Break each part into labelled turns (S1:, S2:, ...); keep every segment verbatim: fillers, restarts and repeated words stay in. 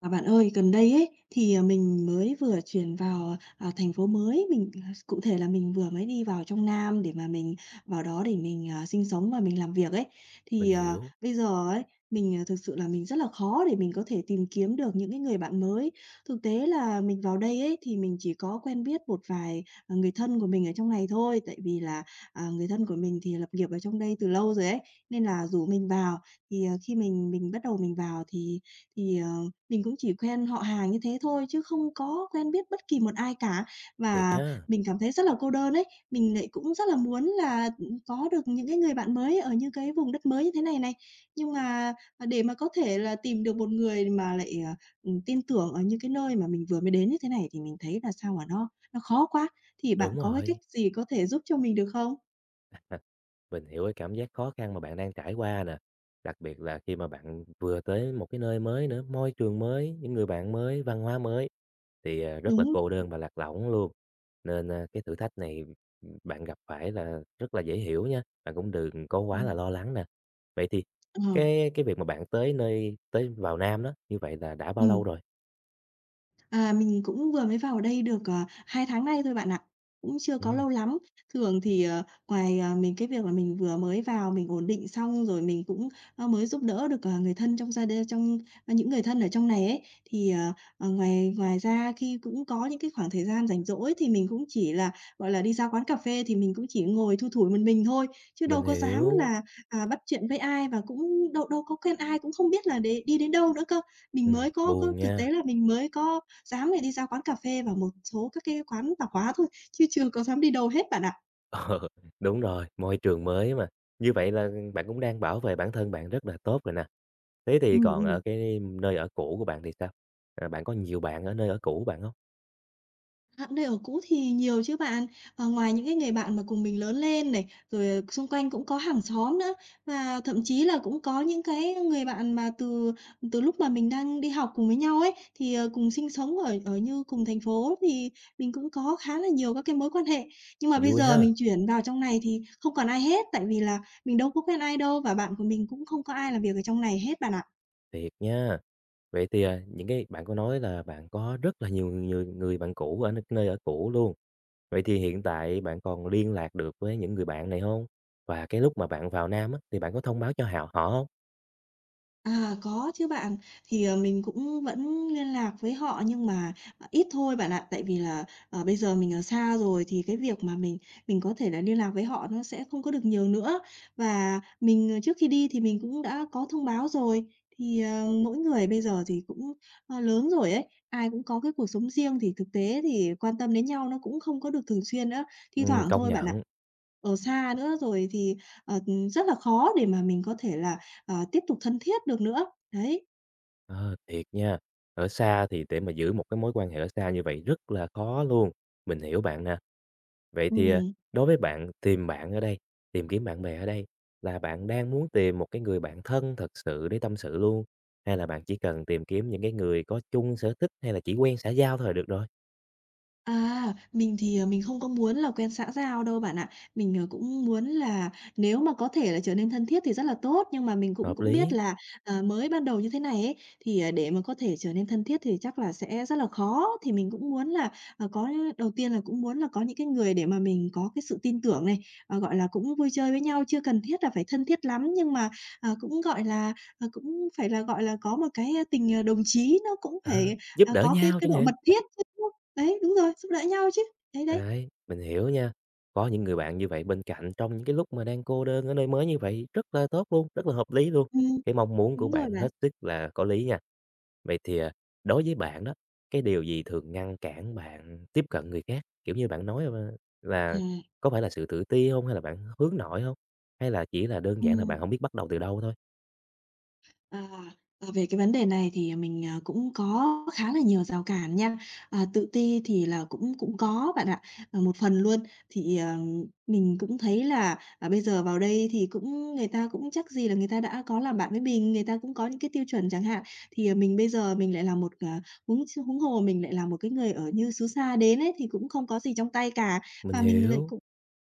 S1: À, bạn ơi, gần đây ấy, thì, à, mình mới vừa chuyển vào, à, thành phố mới, mình, à, cụ thể là mình vừa mới đi vào trong Nam để mà mình vào đó để mình, à, sinh sống và mình làm việc ấy.
S2: Mình
S1: Thì, à,
S2: hiểu,
S1: bây giờ ấy, mình, à, thực sự là mình rất là khó để mình có thể tìm kiếm được những cái người bạn mới. Thực tế là mình vào đây ấy, thì mình chỉ có quen biết một vài, à, người thân của mình ở trong này thôi, tại vì là, à, người thân của mình thì lập nghiệp ở trong đây từ lâu rồi ấy, nên là rủ mình vào. Thì, à, khi mình mình bắt đầu mình vào thì thì, ờ mình cũng chỉ quen họ hàng như thế thôi chứ không có quen biết bất kỳ một ai cả.
S2: thiệt
S1: Và
S2: á,
S1: mình cảm thấy rất là cô đơn ấy. Mình lại cũng rất là muốn là, ừm, có được những cái người bạn mới ở những cái vùng đất mới như thế này này. Nhưng mà, à, để mà có thể là tìm được một người mà lại, à, ừm, tin tưởng ở những cái nơi mà mình vừa mới đến như thế này thì mình thấy là sao mà nó nó khó quá. Thì bạn
S2: đúng
S1: có cái cách
S2: rồi.
S1: gì có thể giúp cho mình được không?
S2: Mình hiểu cái cảm giác khó khăn mà bạn đang trải qua nè, đặc biệt là khi mà bạn vừa tới một cái nơi mới nữa, môi trường mới, những người bạn mới, văn hóa mới thì, à, rất là
S1: Đúng.
S2: cô đơn và lạc lõng luôn. Nên, a, cái thử thách này, bạn gặp phải là rất là dễ hiểu nha, bạn cũng đừng có quá là
S1: Ừm,
S2: lo lắng nè. Vậy thì
S1: ờ,
S2: cái cái việc mà bạn tới nơi tới vào Nam đó, như vậy là đã bao lâu
S1: ừm.
S2: rồi?
S1: À, mình cũng vừa mới vào đây được, ờ, hai tháng nay thôi bạn ạ, cũng chưa có
S2: Ừm,
S1: lâu lắm. Thường thì, ờ, ngoài, à, mình cái việc là mình vừa mới vào mình ổn định xong rồi mình cũng, ơ, mới giúp đỡ được, ờ, người thân trong gia đình trong ơ, những người thân ở trong này ấy, thì, ờ, ờ, ngoài ngoài ra khi cũng có những cái khoảng thời gian rảnh rỗi thì mình cũng chỉ là, gọi là, đi ra quán cà phê thì mình cũng chỉ ngồi thui thủi một mình thôi, chứ đâu
S2: mình
S1: có dám
S2: hiểu,
S1: là, à, bắt chuyện với ai và cũng đâu đâu có quen ai, cũng không biết là để đi đến đâu nữa cơ. Mình
S2: ừm,
S1: mới có có
S2: buồn
S1: thực
S2: nha.
S1: tế là mình mới có dám để đi ra quán cà phê và một số các cái quán tạp hóa thôi, chứ chưa có dám đi đâu hết bạn ạ.
S2: Ờ, đúng rồi, môi trường mới mà. Như vậy là bạn cũng đang bảo vệ bản thân bạn rất là tốt rồi nè. Thế thì
S1: Ừm,
S2: còn
S1: ừm.
S2: ở cái nơi ở cũ của bạn thì sao? À, bạn có nhiều bạn ở nơi ở cũ của bạn không?
S1: À, nơi ở cũ thì nhiều chứ bạn. Ờ, ngoài những cái người bạn mà cùng mình lớn lên này, rồi, ờ, xung quanh cũng có hàng xóm nữa, và thậm chí là cũng có những cái người bạn mà từ từ lúc mà mình đang đi học cùng với nhau ấy, thì, ờ, cùng sinh sống ở ở như cùng thành phố thì mình cũng có khá là nhiều các cái mối quan hệ. Nhưng mà bây
S2: Vui
S1: giờ
S2: ha,
S1: mình chuyển vào trong này thì không còn ai hết, tại vì là mình đâu có quen ai đâu và bạn của mình cũng không có ai làm việc ở trong này hết bạn ạ.
S2: thiệt nha. Vậy thì, à, những cái bạn có nói là bạn có rất là nhiều người người bạn cũ ở n nơi ở cũ luôn. Vậy thì hiện tại bạn còn liên lạc được với những người bạn này không? Và cái lúc mà bạn vào Nam á, thì bạn có thông báo cho hào họ không?
S1: À, có chứ bạn. Thì, ờ, mình cũng vẫn liên lạc với họ nhưng mà, à, ít thôi bạn ạ. Tại vì là, ờ, bây giờ mình ở xa rồi thì cái việc mà mình mình có thể là liên lạc với họ nó sẽ không có được nhiều nữa. Và mình, ờ, trước khi đi thì mình cũng đã có thông báo rồi, thì, ờ, mỗi người bây giờ thì cũng, ờ, lớn rồi ấy, ai cũng có cái cuộc sống riêng thì thực tế thì quan tâm đến nhau nó cũng không có được thường xuyên nữa, thi
S2: Ừm,
S1: thoảng
S2: công
S1: thôi bạn ạ.
S2: nhận.
S1: Ở xa nữa rồi thì, ờ, rất là khó để mà mình có thể là ờ, tiếp tục thân thiết được nữa. Đấy.
S2: Ờ, thiệt nha. Ở xa thì để mà giữ một cái mối quan hệ ở xa như vậy rất là khó luôn, mình hiểu bạn nè. Vậy thì, à,
S1: Ừm.
S2: đối với bạn, tìm bạn ở đây, tìm kiếm bạn bè ở đây là bạn đang muốn tìm một cái người bạn thân thật sự để tâm sự luôn, hay là bạn chỉ cần tìm kiếm những cái người có chung sở thích hay là chỉ quen xã giao thôi là được rồi?
S1: À, mình thì, ờ, mình không có muốn là quen xã giao đâu bạn ạ. Mình, ờ, cũng muốn là nếu mà có thể là trở nên thân thiết thì rất là tốt, nhưng mà mình cũng
S2: Hợp
S1: cũng biết
S2: lý,
S1: là, ờ, mới ban đầu như thế này ấy, thì, ờ, để mà có thể trở nên thân thiết thì chắc là sẽ rất là khó. Thì mình cũng muốn là, ờ, có đầu tiên là cũng muốn là có những cái người để mà mình có cái sự tin tưởng này, ờ, gọi là, cũng vui chơi với nhau, chưa cần thiết là phải thân thiết lắm, nhưng mà, ờ, cũng, gọi là, ờ, cũng phải là, gọi là, có một cái, tình, ờ, đồng chí nó cũng
S2: ờ,
S1: phải,
S2: giúp
S1: à,
S2: đỡ
S1: có cái
S2: nhau
S1: cái
S2: chẳng
S1: độ
S2: hạn.
S1: mật thiết chứ. Đấy, đúng rồi, giúp đỡ nhau chứ. Đấy, đấy.
S2: Đấy, mình hiểu nha. Có những người bạn như vậy bên cạnh trong những cái lúc mà đang cô đơn ở nơi mới như vậy rất là tốt luôn, rất là hợp lý luôn.
S1: Ừm,
S2: Cái mong muốn của
S1: đúng rồi
S2: bạn
S1: bạn.
S2: hết sức là có lý nha. Vậy thì, à, đối với bạn đó, cái điều gì thường ngăn cản bạn tiếp cận người khác? Kiểu như bạn nói, ơ,
S1: À,
S2: là có phải là sự tự ti không? Hay là bạn hướng nội không? Hay là chỉ là đơn giản là
S1: ừm.
S2: bạn không biết bắt đầu từ đâu thôi?
S1: À, ờ, Về cái vấn đề này thì mình, à, cũng có khá là nhiều rào cản nha. À, tự ti thì là cũng cũng có bạn ạ, ờ, một phần luôn. Thì, ờ, mình cũng thấy là, à, bây giờ vào đây thì cũng người ta cũng chắc gì là người ta đã có làm bạn với mình, người ta cũng có những cái tiêu chuẩn chẳng hạn. Thì, à, mình bây giờ mình lại là một, à, huống chi huống hồ mình lại là một cái người ở như xứ xa đến ấy, thì cũng không có gì trong tay cả.
S2: Mình
S1: Và mình lại
S2: hiểu,
S1: cũng,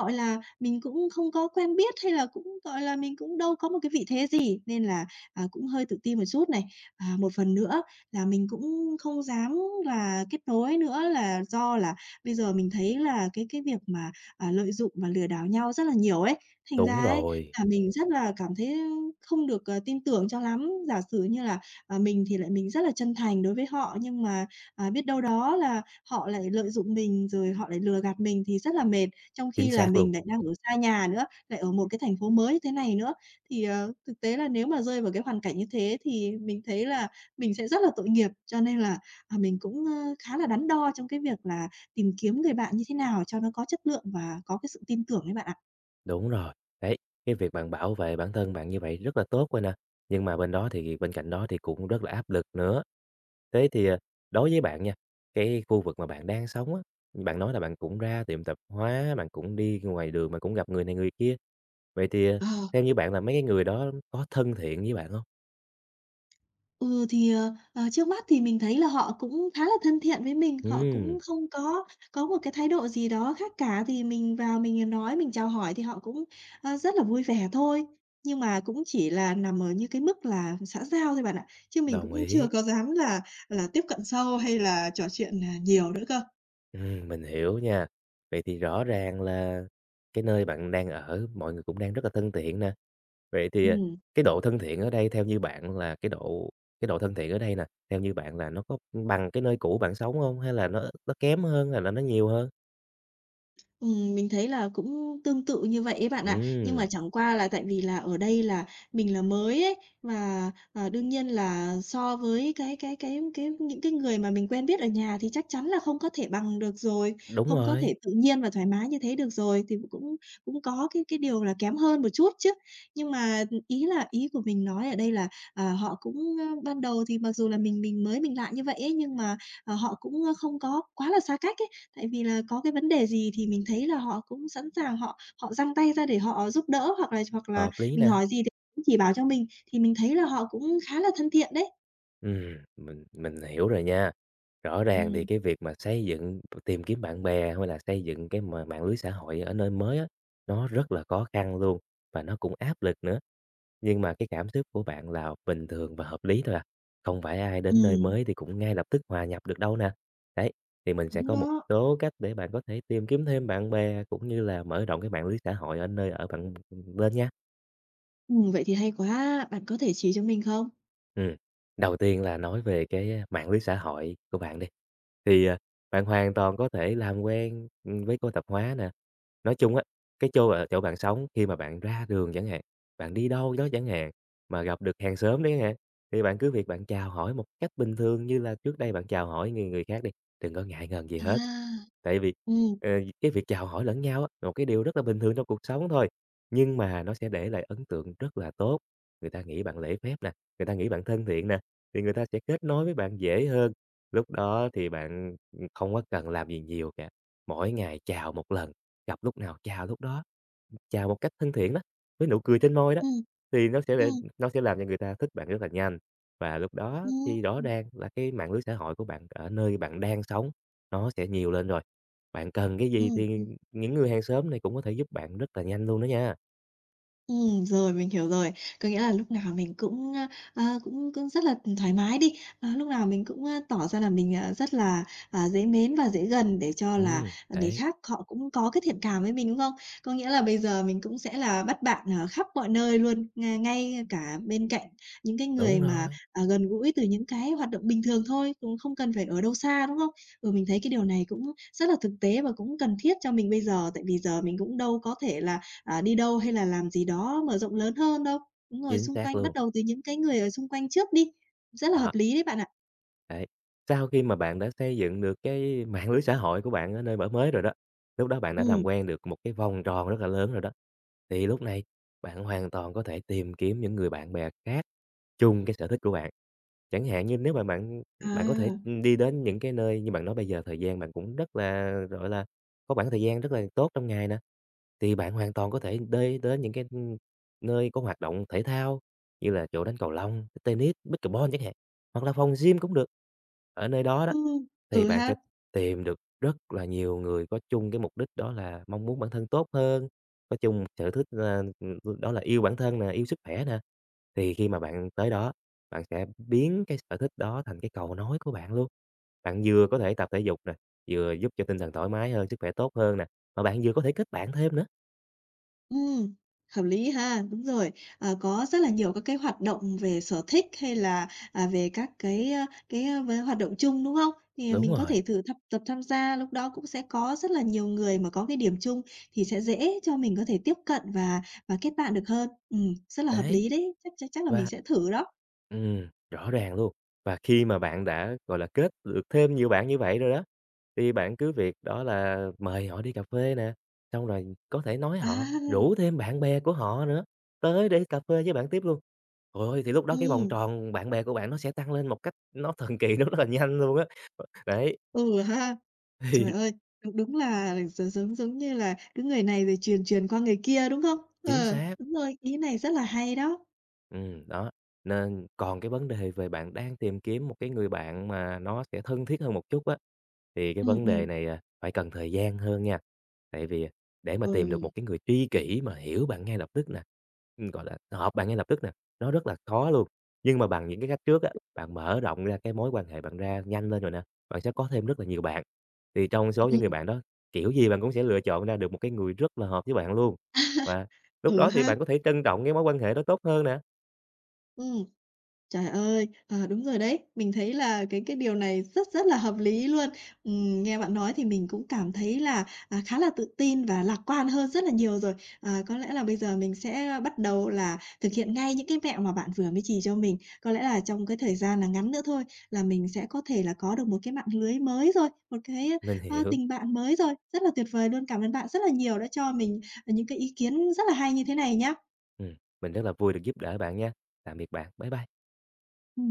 S1: gọi là, mình cũng không có quen biết hay là cũng, gọi là, mình cũng đâu có một cái vị thế gì, nên là à, cũng hơi tự ti một chút này. À, một phần nữa là mình cũng không dám là kết nối nữa là do là bây giờ mình thấy là cái cái việc mà, à, lợi dụng và lừa đảo nhau rất là nhiều ấy, thành
S2: đúng
S1: ra ấy
S2: rồi,
S1: là mình rất là cảm thấy không được, ờ, tin tưởng cho lắm. Giả sử như là, à, mình thì lại mình rất là chân thành đối với họ, nhưng mà, à, biết đâu đó là họ lại lợi dụng mình, rồi họ lại lừa gạt mình thì rất là mệt, trong
S2: chính
S1: khi là
S2: xác luôn.
S1: mình lại đang ở xa nhà nữa, lại ở một cái thành phố mới như thế này nữa. Thì, ờ, thực tế là nếu mà rơi vào cái hoàn cảnh như thế thì mình thấy là mình sẽ rất là tội nghiệp, cho nên là, à, mình cũng, ơ, khá là đắn đo trong cái việc là tìm kiếm người bạn như thế nào cho nó có chất lượng và có cái sự tin tưởng ấy bạn ạ.
S2: Đúng rồi. Đấy, cái việc bạn bảo vệ bản thân bạn như vậy rất là tốt rồi nè, nhưng mà bên đó thì bên cạnh đó thì cũng rất là áp lực nữa. Thế thì, à, đối với bạn nha, cái khu vực mà bạn đang sống á, bạn nói là bạn cũng ra tiệm tạp hóa, bạn cũng đi ngoài đường, mà cũng gặp người này người kia. Vậy thì, à,
S1: Ờ.
S2: theo như bạn là mấy cái người đó có thân thiện với bạn không?
S1: Ừ, thì, ờ, ờ, trước mắt thì mình thấy là họ cũng khá là thân thiện với mình, họ cũng
S2: Ừm,
S1: không có có một cái thái độ gì đó khác cả, thì mình vào mình nói, mình chào hỏi thì họ cũng, ơ, rất là vui vẻ thôi. Nhưng mà cũng chỉ là nằm ở như cái mức là xã giao thôi bạn ạ, chứ mình
S2: đồng
S1: cũng chưa
S2: ý.
S1: có dám là là tiếp cận sâu hay là trò chuyện, à, nhiều nữa cơ.
S2: Ừm, mình hiểu nha. Vậy thì rõ ràng là cái nơi bạn đang ở mọi người cũng đang rất là thân thiện nè. Vậy thì, à,
S1: Ừm.
S2: cái độ thân thiện ở đây theo như bạn là cái độ cái độ thân thiện ở đây nè, theo như bạn là nó có bằng cái nơi cũ bạn sống không? Hay là nó nó kém hơn, hay là nó nhiều hơn?
S1: Ừm, mình thấy là cũng tương tự như vậy ấy bạn ạ. Nhưng mà
S2: Ừm,
S1: chẳng qua là tại vì là ở đây là mình là mới ấy, và, ờ, đương nhiên là so với cái cái cái cái những cái người mà mình quen biết ở nhà thì chắc chắn là không có thể bằng được rồi,
S2: đúng
S1: không có
S2: rồi,
S1: thể tự nhiên và thoải mái như thế được rồi, thì cũng cũng có cái cái điều là kém hơn một chút chứ. Nhưng mà, ý là ý của mình nói ở đây là, à, họ cũng, ơ, ban đầu thì mặc dù là mình mình mới mình lạ như vậy ấy, nhưng mà, ờ, họ cũng, không có quá là xa cách ấy. Tại vì là có cái vấn đề gì thì mình thấy là họ cũng sẵn sàng họ họ giang tay ra để họ giúp đỡ, hoặc là hoặc là
S2: hợp lý
S1: mình
S2: nè.
S1: hỏi gì thì cũng chỉ bảo cho mình, thì mình thấy là họ cũng khá là thân thiện đấy.
S2: Ừm, mình mình hiểu rồi nha. Rõ ràng thì
S1: Ừm,
S2: cái việc mà xây dựng tìm kiếm bạn bè hay là xây dựng cái mà mạng lưới xã hội ở nơi mới á, nó rất là khó khăn luôn và nó cũng áp lực nữa. Nhưng mà cái cảm xúc của bạn là bình thường và hợp lý thôi à, không phải ai đến nơi
S1: ừm,
S2: mới thì cũng ngay lập tức hòa nhập được đâu nè. Đấy, thì mình sẽ
S1: đúng
S2: có một
S1: đó.
S2: số cách để bạn có thể tìm kiếm thêm bạn bè cũng như là mở rộng cái mạng lưới xã hội ở nơi ở bạn lên nha.
S1: Ừm, vậy thì hay quá, bạn có thể chỉ cho mình không?
S2: Ừm, đầu tiên là nói về cái, a, mạng lưới xã hội của bạn đi, thì, à, bạn hoàn toàn có thể làm quen, ừm, với cô tạp hóa nè. Nói chung á, cái chô ở chỗ bạn sống khi mà bạn ra đường chẳng hạn, bạn đi đâu đó chẳng hạn, mà gặp được hàng xóm đấy chẳng hạn, thì bạn cứ việc bạn chào hỏi một cách bình thường như là trước đây bạn chào hỏi người người khác đi, đừng có ngại ngần gì hết.
S1: À,
S2: Tại vì,
S1: ừm,
S2: ờ, cái việc chào hỏi lẫn nhau á, là một cái điều rất là bình thường trong cuộc sống thôi, nhưng mà nó sẽ để lại ấn tượng rất là tốt, người ta nghĩ bạn lễ phép nè. Người ta nghĩ bạn thân thiện nè, thì người ta sẽ kết nối với bạn dễ hơn. Lúc đó thì bạn, ừ, không có cần làm gì nhiều cả, mỗi ngày chào một lần, gặp lúc nào chào lúc đó, chào một cách thân thiện đó, với nụ cười trên môi đó,
S1: ừm,
S2: thì nó sẽ để
S1: ừm,
S2: nó sẽ làm cho người ta thích bạn rất là nhanh. Và lúc đó thì
S1: ừm,
S2: rõ ràng là cái mạng lưới xã hội của bạn ở nơi bạn đang sống nó sẽ nhiều lên rồi. Bạn cần cái gì thì
S1: ừm.
S2: những người hàng xóm này cũng có thể giúp bạn rất là nhanh luôn đó nha.
S1: Ừm, rồi, mình hiểu rồi. Có nghĩa là lúc nào mình cũng, a, a, cũng cũng rất là thoải mái đi, à, lúc nào mình cũng, a, tỏ ra là mình, à, rất là, à, dễ mến và dễ gần để cho là,
S2: Ừm,
S1: à, người
S2: đấy,
S1: khác họ cũng có cái thiện cảm với mình, đúng không? Có nghĩa là bây giờ mình cũng sẽ là bắt bạn, ờ, khắp mọi nơi luôn, nga ngay cả bên cạnh những cái người
S2: đúng
S1: mà,
S2: rồi,
S1: à, gần gũi từ những cái hoạt động bình thường thôi, cũng không cần phải ở đâu xa, đúng không? Ừ, mình thấy cái điều này cũng rất là thực tế và cũng cần thiết cho mình bây giờ, tại vì giờ mình cũng đâu có thể là à, đi đâu hay là làm gì đó mở rộng lớn hơn đâu. Đúng rồi,
S2: chính
S1: xung
S2: xác
S1: quanh bắt
S2: luôn,
S1: đầu từ những cái người ở xung quanh trước đi, rất là
S2: đó.
S1: hợp lý đấy bạn ạ.
S2: Đấy, sau khi mà bạn đã xây dựng được cái mạng lưới xã hội của bạn ở nơi ở mới rồi đó, lúc đó bạn đã làm
S1: Ừm.
S2: quen được một cái vòng tròn rất là lớn rồi đó, thì lúc này bạn hoàn toàn có thể tìm kiếm những người bạn bè khác chung cái sở thích của bạn. Chẳng hạn như nếu mà bạn bạn có thể,
S1: À.
S2: đi đến những cái nơi như bạn nói bây giờ thời gian bạn cũng rất là, gọi là, có khoảng thời gian rất là tốt trong ngày nè, thì bạn hoàn toàn có thể đi đến những cái, nơi có hoạt động thể thao như là chỗ đánh cầu lông, tennis, pickleball chẳng hạn, hoặc là phòng gym cũng được. Ở nơi đó đó,
S1: Ừm,
S2: thì
S1: ừ
S2: bạn sẽ
S1: ha,
S2: tìm được rất là nhiều người có chung cái mục đích đó là mong muốn bản thân tốt hơn, có chung sở thích là, đó là yêu bản thân nè, yêu sức khỏe nè. Thì khi mà bạn tới đó bạn sẽ biến cái sở thích đó thành cái cầu nối của bạn luôn. Bạn vừa có thể tập thể dục nè, vừa giúp cho tinh thần thoải mái hơn, sức khỏe tốt hơn nè, mà bạn vừa có thể kết bạn thêm nữa.
S1: ừm, hợp lý ha, đúng rồi. Ờ, có rất là nhiều các cái hoạt động về sở thích hay là, à, về các cái, a, cái, a, về hoạt động chung, đúng không? Thì
S2: Đúng
S1: mình có
S2: rồi,
S1: thể thử thập tập tham gia, lúc đó cũng sẽ có rất là nhiều người mà có cái điểm chung thì sẽ dễ cho mình có thể tiếp cận và và kết bạn được hơn. Ừm, rất là hợp
S2: đấy.
S1: lý đấy, chắc chắc chắc là mình
S2: Và
S1: sẽ thử đó.
S2: ừm, rõ ràng luôn. Và khi mà bạn đã, gọi là, kết được thêm nhiều bạn như vậy rồi đó, thì bạn cứ việc đó là mời họ đi cà phê nè, xong rồi có thể nói
S1: À,
S2: họ rủ thêm bạn bè của họ nữa, tới để cà phê với bạn tiếp luôn. Trời thì lúc đó cái vòng
S1: ừm,
S2: tròn bạn bè của bạn nó sẽ tăng lên một cách nó thần kỳ nó rất là nhanh luôn á. Đấy.
S1: ừ ha. Trời
S2: Thì
S1: ơi, đúng đúng là gi giống giống như là cứ người này rồi truyền truyền qua người kia, đúng không?
S2: chính
S1: Ờ,
S2: xác,
S1: đúng rồi, ý này rất là hay đó.
S2: ừm, đó. Nên còn cái vấn đề về bạn đang tìm kiếm một cái người bạn mà nó sẽ thân thiết hơn một chút á. Thì cái
S1: Ừm,
S2: vấn
S1: ừm,
S2: đề này, à, phải cần thời gian hơn nha, tại vì, à, để mà
S1: ừ,
S2: tìm được một cái người tri kỷ mà hiểu bạn ngay lập tức nè, ừm, gọi là, hợp bạn ngay lập tức nè, nó rất là khó luôn. Nhưng mà bằng những cái cách trước á, bạn mở rộng ra cái mối quan hệ bạn ra nhanh lên rồi nè, bạn sẽ có thêm rất là nhiều bạn. Thì trong số những người
S1: ừm,
S2: bạn đó, kiểu gì bạn cũng sẽ lựa chọn ra được một cái người rất là hợp với bạn luôn, và lúc
S1: ừ
S2: đó thì
S1: ha,
S2: bạn có thể trân trọng cái mối quan hệ đó tốt hơn nè.
S1: ừm. Trời ơi! Ờ, đúng rồi đấy. Mình thấy là cái cái điều này rất rất là hợp lý luôn. Ừm, nghe bạn nói thì mình cũng cảm thấy là, à, khá là tự tin và lạc quan hơn rất là nhiều rồi. À, có lẽ là bây giờ mình sẽ bắt đầu là thực hiện ngay những cái mẹo mà bạn vừa mới chỉ cho mình. Có lẽ là trong cái thời gian là ngắn nữa thôi là mình sẽ có thể là có được một cái mạng lưới mới rồi, một cái,
S2: Mình
S1: a,
S2: hiểu,
S1: tình bạn mới rồi. Rất là tuyệt vời luôn! Cảm ơn bạn rất là nhiều đã cho mình, à, những cái ý kiến rất là hay như thế này nhá.
S2: ừm, mình rất là vui được giúp đỡ bạn nha. Tạm biệt bạn, bye bye.